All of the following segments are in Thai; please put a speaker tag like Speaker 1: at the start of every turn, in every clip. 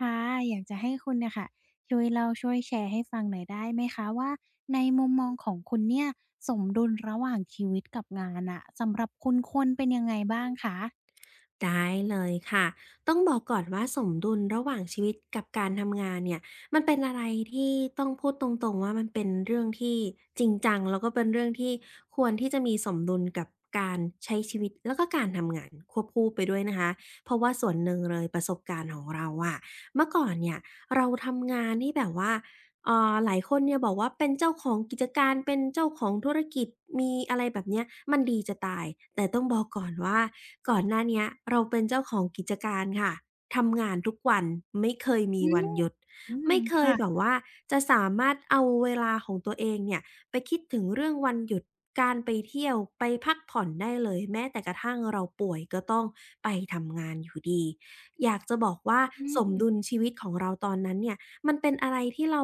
Speaker 1: ค่ะอยากจะให้คุณเนี่ยค่ะช่วยเล่าช่วยแชร์ให้ฟังหน่อยได้ไหมคะว่าในมุมมองของคุณเนี่ยสมดุลระหว่างชีวิตกับงานน่ะสำหรับคุณควรเป็นยังไงบ้างคะ
Speaker 2: ได้เลยค่ะต้องบอกก่อนว่าสมดุลระหว่างชีวิตกับการทำงานเนี่ยมันเป็นอะไรที่ต้องพูดตรงๆว่ามันเป็นเรื่องที่จริงจังแล้วก็เป็นเรื่องที่ควรที่จะมีสมดุลกับการใช้ชีวิตแล้วก็การทำงานควบคู่ไปด้วยนะคะเพราะว่าส่วนหนึ่งเลยประสบการณ์ของเราอะเมื่อก่อนเนี่ยเราทำงานที่แบบว่า หลายคนเนี่ยบอกว่าเป็นเจ้าของกิจการเป็นเจ้าของธุรกิจมีอะไรแบบเนี้ยมันดีจะตายแต่ต้องบอกก่อนว่าก่อนหน้าเนี้ยเราเป็นเจ้าของกิจการค่ะทำงานทุกวันไม่เคยมี
Speaker 1: อื
Speaker 2: วั
Speaker 1: ม
Speaker 2: นหยุด
Speaker 1: อืม
Speaker 2: ไม่เคย
Speaker 1: ค่ะ
Speaker 2: แบบว่าจะสามารถเอาเวลาของตัวเองเนี่ยไปคิดถึงเรื่องวันหยุดการไปเที่ยวไปพักผ่อนได้เลยแม้แต่กระทั่งเราป่วยก็ต้องไปทำงานอยู่ดีอยากจะบอกว่า
Speaker 1: อื
Speaker 2: สม
Speaker 1: ม
Speaker 2: ดุลชีวิตของเราตอนนั้นเนี่ย มันเป็นอะไรที่เรา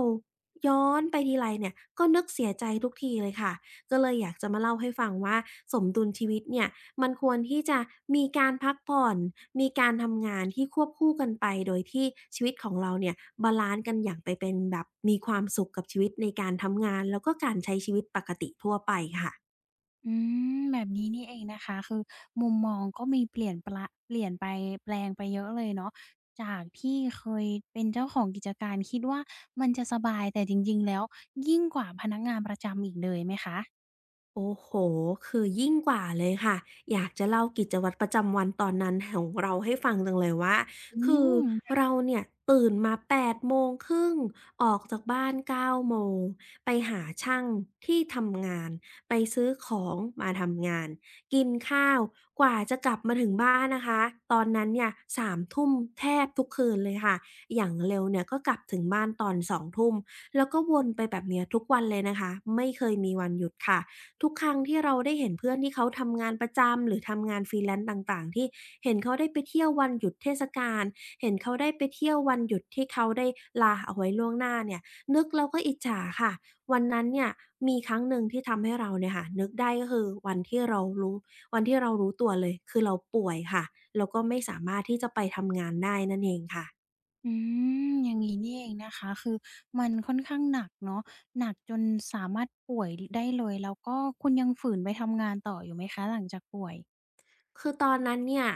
Speaker 2: ย้อนไปทีไรเนี่ยก็นึกเสียใจทุกทีเลยค่ะก็เลยอยากจะมาเล่าให้ฟังว่าสมดุลชีวิตเนี่ยมันควรที่จะมีการพักผ่อนมีการทำงานที่ควบคู่กันไปโดยที่ชีวิตของเราเนี่ยบาลันซ์กันอย่างไปเป็นแบบมีความสุขกับชีวิตในการทำงานแล้วก็การใช้ชีวิตปกติทั่วไปค่ะ
Speaker 1: อืมแบบนี้นี่เองนะคะคือมุมมองก็มีเปลี่ยนปละเปลี่ยนไปแปลงไปเยอะเลยเนาะจากที่เคยเป็นเจ้าของกิจการคิดว่ามันจะสบายแต่จริงๆแล้วยิ่งกว่าพนักงานประจำอีกเลยไหมคะ
Speaker 2: โอ้โหคือยิ่งกว่าเลยค่ะอยากจะเล่ากิจวัตรประจำวันตอนนั้นของเราให้ฟังจังเลยว่า
Speaker 1: อื
Speaker 2: คือ
Speaker 1: ม
Speaker 2: เราเนี่ยตื่นมาแปดโมงครึ่งออกจากบ้านเก้าโมงไปหาช่างที่ทำงานไปซื้อของมาทำงานกินข้าวกว่าจะกลับมาถึงบ้านนะคะตอนนั้นเนี่ยสามทุ่มแทบทุกคืนเลยค่ะอย่างเร็วเนี่ยก็กลับถึงบ้านตอนสองทุ่มแล้วก็วนไปแบบเนี้ยทุกวันเลยนะคะไม่เคยมีวันหยุดค่ะ ทุกครั้งที่เราได้เห็นเพื่อนที่เขาทำงานประจำหรือทำงาน freelance ต่างๆที่เห็นเขาได้ไปเที่ยววันหยุดเทศกาลเห็นเขาได้ไปเที่ยววันหยุดที่เขาได้ลาเอาไว้ล่วงหน้าเนี่ยนึกแล้วก็อิจฉาค่ะวันนั้นเนี่ยมีครั้งหนึ่งที่ทำให้เราเนี่ยค่ะนึกได้ก็คือวันที่เรารู้ตัวเลยคือเราป่วยค่ะแล้วก็ไม่สามารถที่จะไปทำงานได้นั่นเองค่ะ
Speaker 1: อืมอย่างนี้นี่เองนะคะคือมันค่อนข้างหนักเนาะหนักจนสามารถป่วยได้เลยแล้วก็คุณยังฝืนไปทำงานต่ออยู่ไหมคะหลังจากป่วย
Speaker 2: คือตอนนั้นเนี่ย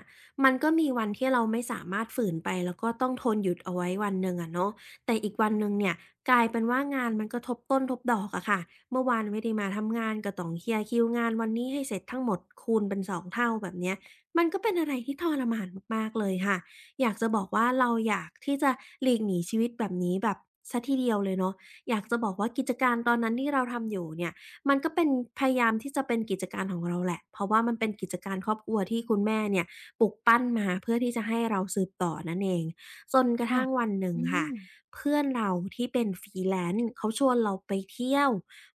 Speaker 2: มันก็มีวันที่เราไม่สามารถฝืนไปแล้วก็ต้องทนหยุดเอาไว้วันหนึ่งอะเนาะแต่อีกวันหนึ่งเนี่ยกลายเป็นว่างานมันก็ทบต้นทบดอกอะค่ะเมื่อวานไม่ได้มาทำงานก็ต้องเคลียร์คิวงานวันนี้ให้เสร็จทั้งหมดคูณเป็นสองเท่าแบบเนี้ยมันก็เป็นอะไรที่ทรมานมากๆเลยค่ะอยากจะบอกว่าเราอยากที่จะหลีกหนีชีวิตแบบนี้แบบเสียทีเดียวเลยเนาะอยากจะบอกว่ากิจการตอนนั้นที่เราทำอยู่เนี่ย มันก็เป็นพยายามที่จะเป็นกิจการของเราแหละเพราะว่ามันเป็นกิจการครอบครัวที่คุณแม่เนี่ยปลูกปั้นมาเพื่อที่จะให้เราสืบต่อนั่นเองจนกระ
Speaker 1: ค่ะ
Speaker 2: ทั่งวันหนึ่ง
Speaker 1: อืม
Speaker 2: ค่ะเพื่อนเราที่เป็น freelance เขาชวนเราไปเที่ยว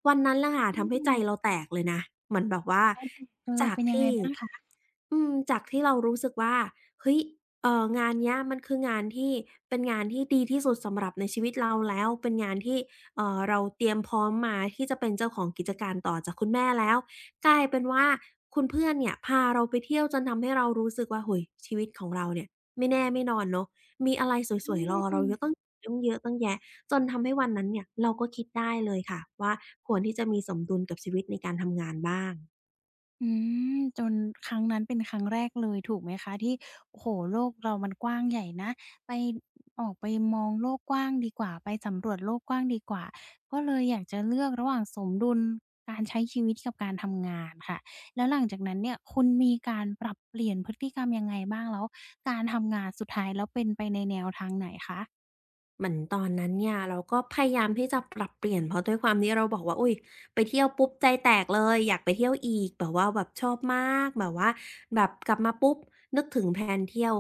Speaker 2: วันนั้นแหละค่ะ
Speaker 1: อื
Speaker 2: ทำให้ใจ
Speaker 1: ม
Speaker 2: เราแตกเลยนะเหมือนแบบว่า
Speaker 1: ได้เลย
Speaker 2: จาก
Speaker 1: เป็นยังไง
Speaker 2: ที่
Speaker 1: บ้างคะ
Speaker 2: จากที่เรารู้สึกว่าเฮ้ยงานเนี้ยมันคืองานที่เป็นงานที่ดีที่สุดสำหรับในชีวิตเราแล้วเป็นงานที่ เราเตรียมพร้อมมาที่จะเป็นเจ้าของกิจการต่อจากคุณแม่แล้วกลายเป็นว่าคุณเพื่อนเนี่ยพาเราไปเที่ยวจนทำให้เรารู้สึกว่าโอ้โฮชีวิตของเราเนี่ยไม่แน่ไม่นอนเนาะมีอะไรสวยๆรอ
Speaker 1: อื
Speaker 2: เราเยอะตั้
Speaker 1: ม
Speaker 2: งตั้งเยอะตั้งแยะจนทำให้วันนั้นเนี่ยเราก็คิดได้เลยค่ะว่าควรที่จะมีสมดุลกับชีวิตในการทำงานบ้าง
Speaker 1: อืมจนครั้งนั้นเป็นครั้งแรกเลยถูกไหมคะที่โอ้โฮโลกเรามันกว้างใหญ่นะไปออกไปมองโลกกว้างดีกว่าไปสำรวจโลกกว้างดีกว่าก็เลยอยากจะเลือกระหว่างสมดุลการใช้ชีวิตกับการทำงานค่ะแล้วหลังจากนั้นเนี่ยคุณมีการปรับเปลี่ยนพฤติกรรมยังไงบ้างแล้วการทำงานสุดท้ายแล้วเป็นไปในแนวทางไหนคะ
Speaker 2: เหมือนตอนนั้นเนี่ยเราก็พยายามที่จะปรับเปลี่ยนเพราะด้วยความที่เราบอกว่าอุ๊ยไปเที่ยวปุ๊บใจแตกเลยอยากไปเที่ยวอีกแบบว่าแบบชอบมากแบบว่าแบบกลับมาปุ๊บนึกถึงแพลนเที่ยว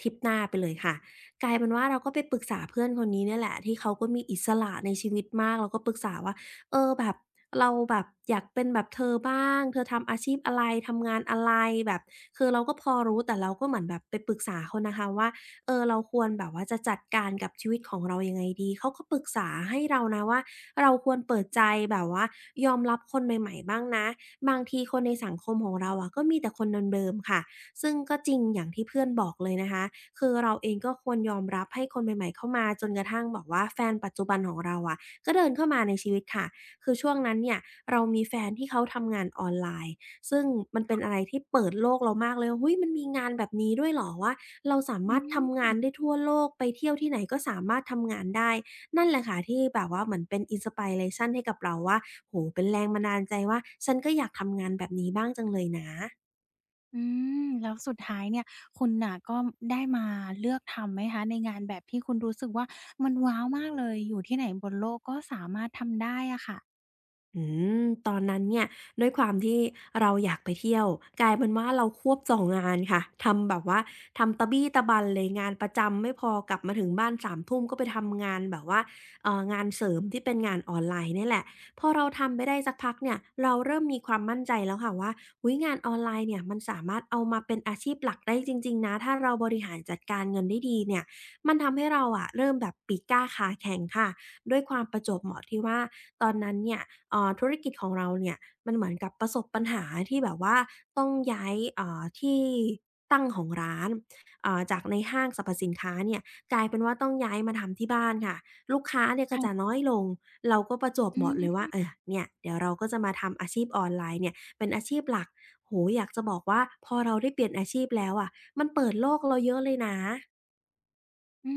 Speaker 2: ทริปหน้าไปเลยค่ะกลายเป็นว่าเราก็ไปปรึกษาเพื่อนคนนี้เนี่ยแหละที่เขาก็มีอิสระในชีวิตมากเราก็ปรึกษาว่าเออแบบเราแบบอยากเป็นแบบเธอบ้างเธอทำอาชีพอะไรทำงานอะไรแบบคือเราก็พอรู้แต่เราก็เหมือนแบบไปปรึกษาเขานะคะว่า เออเราควรแบบว่าจะจัดการกับชีวิตของเรายังไงดี เขาก็ปรึกษาให้เรานะว่าเราควรเปิดใจแบบว่ายอมรับคนใหม่ๆบ้างนะบางทีคนในสังคมของเราอะก็มีแต่คนเดิมๆค่ะซึ่งก็จริงอย่างที่เพื่อนบอกเลยนะคะคือเราเองก็ควรยอมรับให้คนใหม่ๆเข้ามาจนกระทั่งบอกว่าแฟนปัจจุบันของเราอะก็เดินเข้ามาในชีวิตค่ะคือช่วงนั้นเนี่ยเรามีแฟนที่เขาทำงานออนไลน์ซึ่งมันเป็นอะไรที่เปิดโลกเรามากเลยเฮ้ยมันมีงานแบบนี้ด้วยเหรอวะ เราสา
Speaker 1: อื
Speaker 2: มารถทำ
Speaker 1: ม
Speaker 2: งานได้ทั่วโลกไปเที่ยวที่ไหนก็สามารถทำงานได้นั่นแหละค่ะที่แบบว่าเหมือนเป็น inspiration ให้กับเราว่าโอ้โฮเป็นแรงบันดาลใจว่าฉันก็อยากทำงานแบบนี้บ้างจังเลยนะ
Speaker 1: อืมแล้วสุดท้ายเนี่ยคุณน่ะก็ได้มาเลือกทำไหมคะในงานแบบที่คุณรู้สึกว่ามันว้าวมากเลยอยู่ที่ไหนบนโลกก็สามารถทำได้อะค่ะ
Speaker 2: อืมตอนนั้นเนี่ยด้วยความที่เราอยากไปเที่ยวกลายเป็นว่าเราควบสองงานค่ะทำแบบว่าทำตะบี้ตะบันเลยงานประจำไม่พอกลับมาถึงบ้านสามทุ่มก็ไปทำงานแบบว่างานเสริมที่เป็นงานออนไลน์เนี่ยแหละพอเราทำไปได้สักพักเนี่ยเราเริ่มมีความมั่นใจแล้วค่ะว่าอุ๊ยงานออนไลน์เนี่ยมันสามารถเอามาเป็นอาชีพหลักได้จริงๆนะถ้าเราบริหารจัดการเงินได้ดีเนี่ยมันทำให้เราอะเริ่มแบบปีกกล้าขาแข็งค่ะด้วยความประจวบเหมาะที่ว่าตอนนั้นเนี่ย ธุรกิจของเราเนี่ยมันเหมือนกับประสบปัญหาที่แบบว่าต้องย้ายที่ตั้งของร้านจากในห้างสรรพสินค้าเนี่ยกลายเป็นว่าต้องย้ายมาทำที่บ้านค่ะลูกค้าเนี่ยก็จะ
Speaker 1: ค่ะ
Speaker 2: น้อยลงเราก็ประจวบ
Speaker 1: อื
Speaker 2: เหมาะเลยว่า
Speaker 1: ม
Speaker 2: เออเนี่ยเดี๋ยวเราก็จะมาทำอาชีพออนไลน์เนี่ยเป็นอาชีพหลักโหอยากจะบอกว่าพอเราได้เปลี่ยนอาชีพแล้วอะมันเปิดโลกเราเยอะเลยนะ
Speaker 1: อื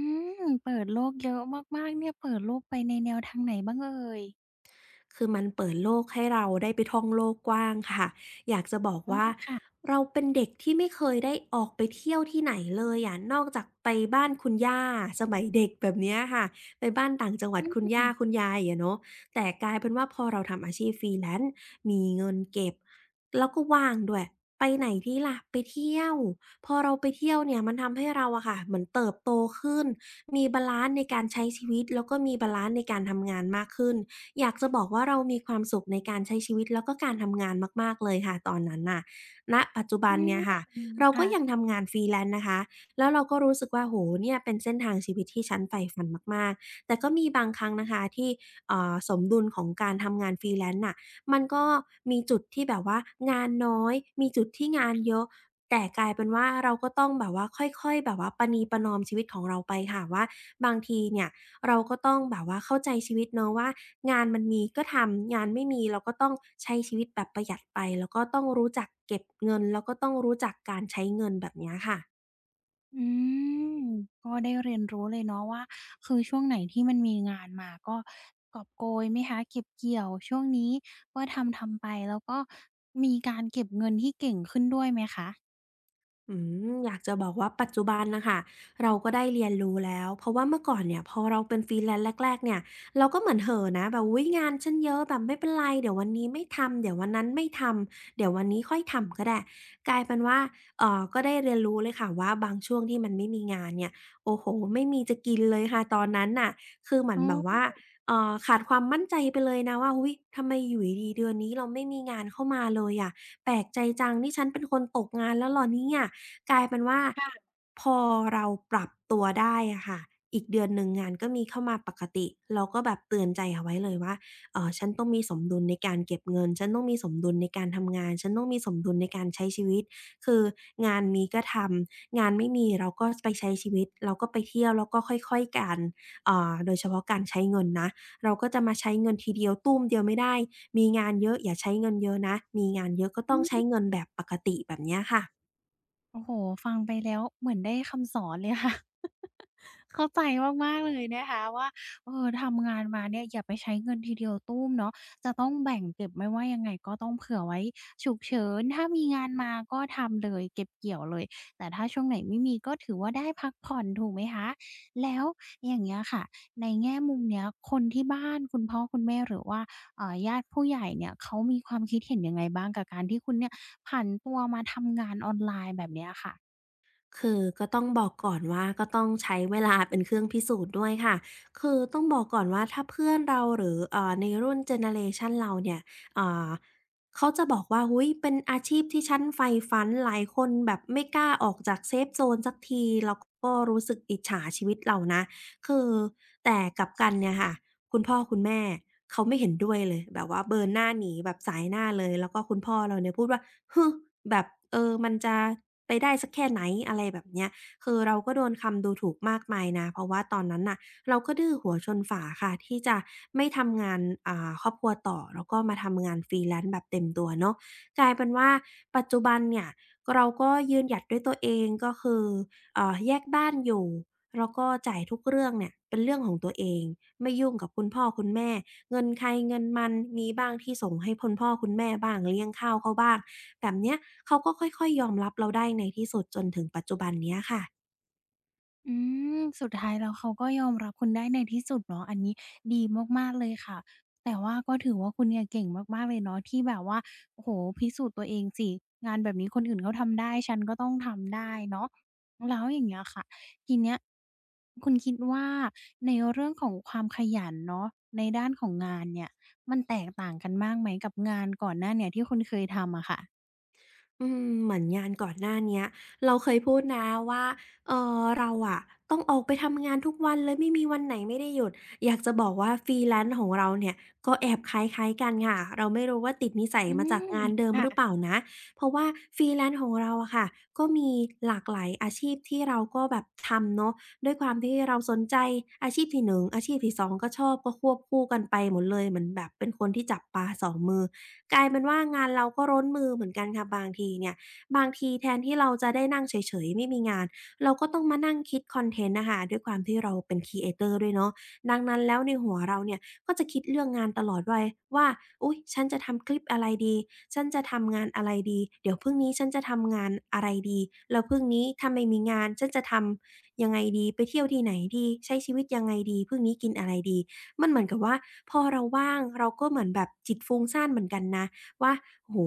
Speaker 1: มเปิดโลกเยอะมากๆเนี่ยเปิดโลกไปในแนวทางไหนบ้างเอ่ย
Speaker 2: คือมันเปิดโลกให้เราได้ไปท่องโลกกว้างค่ะ อยากจะบอ
Speaker 1: อ๋อ
Speaker 2: กว่า
Speaker 1: ค่ะ
Speaker 2: เราเป็นเด็กที่ไม่เคยได้ออกไปเที่ยวที่ไหนเลยอะนอกจากไปบ้านคุณย่าสมัยเด็กแบบเนี้ยค่ะไปบ้านต่างจังหวั
Speaker 1: อ
Speaker 2: ดคุณ
Speaker 1: ื
Speaker 2: ย่า
Speaker 1: ม
Speaker 2: คุณยายอะเนาะแต่กลายเป็นว่าพอเราทำอาชีพ Freelance มีเงินเก็บแล้วก็ว่างด้วยไปไหนดีล่ะไปเที่ยว พอเราไปเที่ยวเนี่ยมันทำให้เราอะค่ะเหมือนเติบโตขึ้นมีบาลันซ์ในการใช้ชีวิตแล้วก็มีบาลันซ์ในการทำงานมากขึ้น อยากจะบอกว่าเรามีความสุขในการใช้ชีวิตแล้วก็การทำงานมากๆเลยค่ะตอนนั้นน่ะณปัจจุบั
Speaker 1: อื
Speaker 2: น
Speaker 1: ม
Speaker 2: เนี่ยค่ะเราก็
Speaker 1: ค่ะ
Speaker 2: ยังทำงาน freelance นะคะแล้วเราก็รู้สึกว่าโอ้โฮเนี่ยเป็นเส้นทางชีวิตที่ฉันใฝ่ฝันมากๆแต่ก็มีบางครั้งนะคะที่สมดุลของการทำงาน freelance น่ะมันก็มีจุดที่แบบว่างานน้อยมีจุดที่งานเยอะแต่กลายเป็นว่าเราก็ต้องแบบว่าค่อยๆแบบว่าประนีประนอมชีวิตของเราไปค่ะว่าบางทีเนี่ย เราก็ต้องแบบว่าเข้าใจชีวิตเนาะว่างานมันมีก็ทำงานไม่มีเราก็ต้องใช้ชีวิตแบบประหยัดไปแล้วก็ต้องรู้จักเก็บเงินแล้วก็ต้องรู้จักการใช้เงินแบบเนี้ยค่ะ
Speaker 1: อืมก็ได้เรียนรู้เลยเนาะว่าคือช่วงไหนที่มันมีงานมาก็กอบโกยไหมคะเก็บเกี่ยวช่วงนี้ก็ทำทำไปแล้วก็มีการเก็บเงินที่เก่งขึ้นด้วยไหมคะ
Speaker 2: อืมอยากจะบอกว่าปัจจุบันนะคะเราก็ได้เรียนรู้แล้วเพราะว่าเมื่อก่อนเนี่ยพอเราเป็นฟรีแลนซ์แรกๆเนี่ยเราก็เหมือนเห่อะนะแบบวุ๊ยงานฉันเยอะแบบไม่เป็นไรเดี๋ยววันนี้ไม่ทำเดี๋ยววันนั้นไม่ทำเดี๋ยววันนี้ค่อยทำก็ได้กลายเป็นว่าเออก็ได้เรียนรู้เลยค่ะว่าบางช่วงที่มันไม่มีงานเนี่ยโอ้โหไม่มีจะกินเลยค่ะตอนนั้นน่ะคือเหมื
Speaker 1: อ๋
Speaker 2: อนแบบว่า
Speaker 1: อ
Speaker 2: เออขาดความมั่นใจไปเลยนะว่าหุ้ยทำไมอยู่ดีๆเดือนนี้เราไม่มีงานเข้ามาเลยอะแปลกใจจังนี่ฉันเป็นคนตกงานแล้วเหรอเนี่ย กลายเป็นว่าพอเราปรับตัวได้อะค่ะอีกเดือนหนึ่งงานก็มีเข้ามาปกติเราก็แบบเตือนใจเอาไว้เลยว่าฉันต้องมีสมดุลในการเก็บเงินฉันต้องมีสมดุลในการทำงานฉันต้องมีสมดุลในการใช้ชีวิตคืองานมีก็ทำงานไม่มีเราก็ไปใช้ชีวิตเราก็ไปเที่ยวแล้วก็ค่อยๆกันโดยเฉพาะการใช้เงินนะเราก็จะมาใช้เงินทีเดียวตู้มเดียวไม่ได้มีงานเยอะอย่าใช้เงินเยอะนะมีงานเยอะก็ต้องใช้เงินแบบปกติแบบเนี้ยค่ะ
Speaker 1: โอ้โฮฟังไปแล้วเหมือนได้คำสอนเลยค่ะ เข้าใจมากๆเลยนะคะว่าเออทำงานมาเนี่ยอย่าไปใช้เงินทีเดียวตุ้มเนาะจะต้องแบ่งเก็บไม่ว่ายังไงก็ต้องเผื่อไว้ฉุกเฉินถ้ามีงานมาก็ทำเลยเก็บเกี่ยวเลยแต่ถ้าช่วงไหนไม่มีก็ถือว่าได้พักผ่อนถูกไหมคะแล้วอย่างเงี้ยค่ะในแง่มุมเนี้ยคนที่บ้านคุณพ่อคุณแม่หรือว่าเอ่าญาติผู้ใหญ่เนี่ยเขามีความคิดเห็นยังไงบ้างกับการที่คุณเนี่ยผันตัวมาทำงานออนไลน์แบบเนี้ยค่ะ
Speaker 2: คือก็ต้องบอกก่อนว่าก็ต้องใช้เวลาเป็นเครื่องพิสูจน์ด้วยค่ะคือต้องบอกก่อนว่าถ้าเพื่อนเราหรือในรุ่นเจเนอเรชันเราเนี่ยเอ่อเขาจะบอกว่าหุ้ยเป็นอาชีพที่ฉันใฝ่ฝันหลายคนแบบไม่กล้าออกจากเซฟโซนสักทีเราก็รู้สึกอิจฉาชีวิตเรานะคือแต่กลับกันเนี่ยค่ะคุณพ่อคุณแม่เขาไม่เห็นด้วยเลยแบบว่าเบิร์นหน้าหนีแบบสายหน้าเลยแล้วก็คุณพ่อเราเนี่ยพูดว่า ฮึมแบบเออมันจะไปได้สักแค่ไหนอะไรแบบเนี้ยคือเราก็โดนคำดูถูกมากมายนะเพราะว่าตอนนั้นน่ะเราก็ดื้อหัวชนฝาค่ะที่จะไม่ทำงานครอบครัวต่อแล้วก็มาทำงาน freelance แบบเต็มตัวเนาะกลายเป็นว่าปัจจุบันเนี่ยเราก็ยืนหยัดด้วยตัวเองก็คือแยกบ้านอยู่แล้วก็จ่ายทุกเรื่องเนี่ยเป็นเรื่องของตัวเองไม่ยุ่งกับคุณพ่อคุณแม่เงินใครเงินมันมีบ้างที่ส่งให้คุณพ่อคุณแม่บ้างเลี้ยงข้าวเขาบ้าง แบบเนี้ยเขาก็ค่อยๆยอมรับเราได้ในที่สุดจนถึงปัจจุบันเนี้ยค่ะ
Speaker 1: อืมสุดท้ายแล้วเขาก็ยอมรับคุณได้ในที่สุดเนาะอันนี้ดีมากๆเลยค่ะแต่ว่าก็ถือว่าคุณเนี่ยเก่งมากๆเลยเนาะที่แบบว่าโอ้โฮพิสูจน์ตัวเองสิงานแบบนี้คนอื่นเขาทำได้ฉันก็ต้องทำได้เนาะแล้วอย่างเงี้ยค่ะทีเนี้ยคุณคิดว่าในเรื่องของความขยันเนาะในด้านของงานเนี่ยมันแตกต่างกันมากไหมกับงานก่อนหน้าเนี่ยที่คุณเคยทำอะค่ะ
Speaker 2: อืมเหมือนงานก่อนหน้าเนี้ยเราเคยพูดนะว่าเออเราอะต้องออกไปทำงานทุกวันเลยไม่มีวันไหนไม่ได้หยุดอยากจะบอกว่า f ร e แ l a n ์ของเราเนี่ยก็แอบคล้ายๆกันค่ะเราไม่รู้ว่าติดนิสัยมาจากงานเดิมหรือเปล่านะเพราะว่าฟรีแลนซ์ของเราอะค่ะก็มีหลากหลายอาชีพที่เราก็แบบทำเนาะด้วยความที่เราสนใจอาชีพที่หนึ่งอาชีพที่สองก็ชอบก็ควบคู่กันไปหมดเลยเหมือนแบบเป็นคนที่จับปลาสองมือ กลายเป็นว่างานเราก็ร้นมือเหมือนกันค่ะบางทีเนี่ยบางทีแทนที่เราจะได้นั่งเฉยๆไม่มีงานเราก็ต้องมานั่งคิดคอนเทนต์น่ะค่ะด้วยความที่เราเป็น Creator ด้วยเนาะดังนั้นแล้วในหัวเราเนี่ยก็จะคิดเรื่องงานตลอดวัยว่าอุ๊ยฉันจะทำคลิปอะไรดีฉันจะทำงานอะไรดีเดี๋ยวพรุ่งนี้ฉันจะทำงานอะไรดีแล้วพรุ่งนี้ถ้าไม่มีงานฉันจะทำยังไงดีไปเที่ยวที่ไหนดีใช้ชีวิตยังไงดีพรุ่งนี้กินอะไรดี มันเหมือนกับว่าพอเราว่างเราก็เหมือนแบบจิตฟุ้งซ่านเหมือนกันนะว่าโอ้โฮ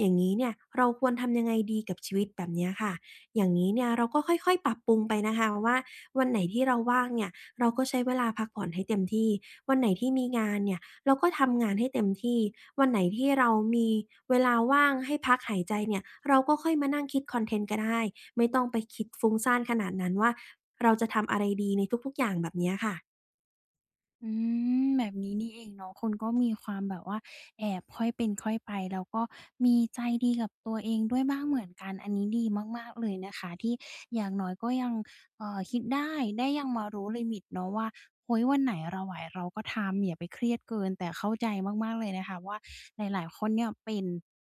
Speaker 2: อย่างงี้เนี่ยเราควรทำยังไงดีกับชีวิตแบบเนี้ยค่ะอย่างงี้เนี่ยเราก็ค่อยๆปรับปรุงไปนะคะว่าวันไหนที่เราว่างเนี่ยเราก็ใช้เวลาพักผ่อนให้เต็มที่วันไหนที่มีงานเนี่ยเราก็ทำงานให้เต็มที่วันไหนที่เรามีเวลาว่างให้พักหายใจเนี่ยเราก็ค่อยมานั่งคิดคอนเทนต์ก็ได้ไม่ต้องไปคิดฟุ้งซ่านขนาดนั้นว่าเราจะทำอะไรดีในทุกๆอย่างแบบเนี้ยค่ะ
Speaker 1: อืมแบบนี้นี่เองเนาะคุณก็มีความแบบว่าแอบค่อยเป็นค่อยไปแล้วก็มีใจดีกับตัวเองด้วยบ้างเหมือนกันอันนี้ดีมากๆเลยนะคะที่อย่างน้อยก็ยังคิดได้ได้ยังมารู้ลิมิตเนาะว่าโอ้ยวันไหนเราไหวเราก็ทำอย่าไปเครียดเกินแต่เข้าใจมากๆเลยนะคะว่าหลายๆคนเนี่ยเป็น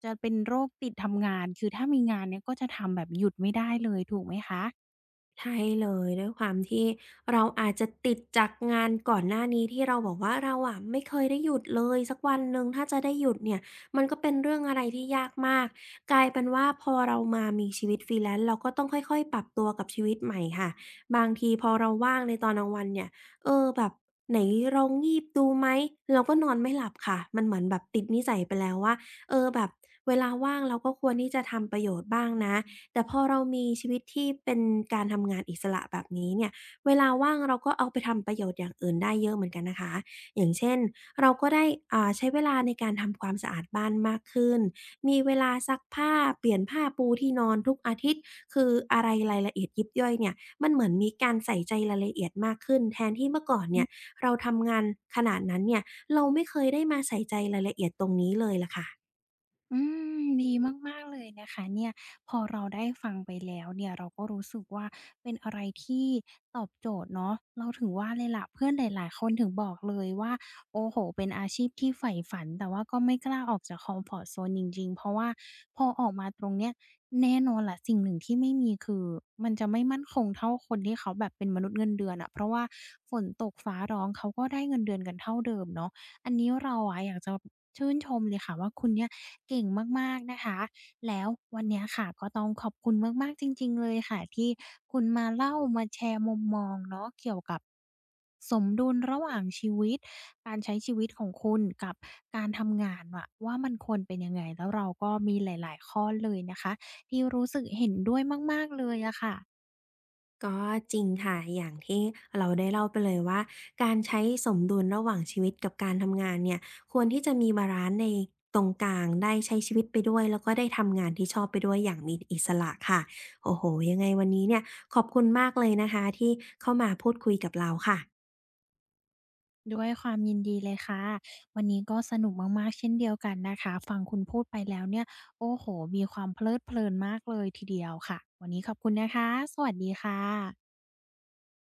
Speaker 1: จะเป็นโรคติดทำงานคือถ้ามีงานเนี่ยก็จะทำแบบหยุดไม่ได้เลยถูกไหมคะ
Speaker 2: ใช่เลยด้วยความที่เราอาจจะติดจากงานก่อนหน้านี้ที่เราบอกว่าเราอะไม่เคยได้หยุดเลยสักวันหนึ่งถ้าจะได้หยุดเนี่ยมันก็เป็นเรื่องอะไรที่ยากมากกลายเป็นว่าพอเรามามีชีวิต Freelance เราก็ต้องค่อยๆปรับตัวกับชีวิตใหม่ค่ะบางทีพอเราว่างในตอนกลางวันเนี่ยเออแบบไหนลองงีบดูไหมเราก็นอนไม่หลับค่ะมันเหมือนแบบติดนิสัยไปแล้วว่าเออแบบเวลาว่างเราก็ควรที่จะทำประโยชน์บ้างนะ แต่พอเรามีชีวิตที่เป็นการทำงานอิสระแบบนี้เนี่ยเวลาว่างเราก็เอาไปทำประโยชน์อย่างอื่นได้เยอะเหมือนกันนะคะอย่างเช่นเราก็ได้ใช้เวลาในการทำความสะอาดบ้านมากขึ้นมีเวลาซักผ้าเปลี่ยนผ้าปูที่นอนทุกอาทิตย์คืออะไรรายละเอียดยิบย่อยเนี่ยมันเหมือนมีการใส่ใจรายละเอียดมากขึ้นแทนที่เมื่อก่อนเนี่ยเราทำงานขนาดนั้นเนี่ยเราไม่เคยได้มาใส่ใจรายละเอียดตรงนี้เลยล่ะค่ะ
Speaker 1: อืมดีมากๆเลยนะคะเนี่ยพอเราได้ฟังไปแล้วเนี่ยเราก็รู้สึกว่าเป็นอะไรที่ตอบโจทย์เนาะเราถึงว่าเลยล่ะเพื่อนหลายๆคนถึงบอกเลยว่าโอ้โฮเป็นอาชีพที่ใฝ่ฝันแต่ว่าก็ไม่กล้าออกจากคอมฟอร์ตโซนจริงๆเพราะว่าพอออกมาตรงเนี้ยแน่นอนแหละสิ่งหนึ่งที่ไม่มีคือมันจะไม่มั่นคงเท่าคนที่เขาแบบเป็นมนุษย์เงินเดือนอะเพราะว่าฝนตกฟ้าร้องเขาก็ได้เงินเดือนกันเท่าเดิมเนาะ อันนี้เราอะอยากจะชื่นชมเลยค่ะว่าคุณเนี่ยเก่งมากๆนะคะแล้ววันเนี้ยค่ะก็ต้องขอบคุณมากๆจริงๆเลยค่ะที่คุณมาเล่ามาแชร์มุมมองเนาะเกี่ยวกับสมดุลระหว่างชีวิตการใช้ชีวิตของคุณกับการทำงานอะว่ามันควรเป็นยังไงแล้วเราก็มีหลายๆข้อเลยนะคะที่รู้สึกเห็นด้วยมากๆเลยอะค่ะ
Speaker 2: ก็จริงค่ะอย่างที่เราได้เล่าไปเลยว่าการใช้สมดุลระหว่างชีวิตกับการทำงานเนี่ยควรที่จะมีบาลันซ์ในตรงกลางได้ใช้ชีวิตไปด้วยแล้วก็ได้ทำงานที่ชอบไปด้วยอย่างมีอิสระค่ะโอ้โฮยังไงวันนี้เนี่ยขอบคุณมากเลยนะคะที่เข้ามาพูดคุยกับเราค่ะ
Speaker 1: ด้วยความยินดีเลยค่ะวันนี้ก็สนุกมากๆเช่นเดียวกันนะคะฟังคุณพูดไปแล้วเนี่ยโอ้โฮมีความเพลิดเพลินมากเลยทีเดียวค่ะวันนี้ขอบคุณนะคะสวัสดีค่ะ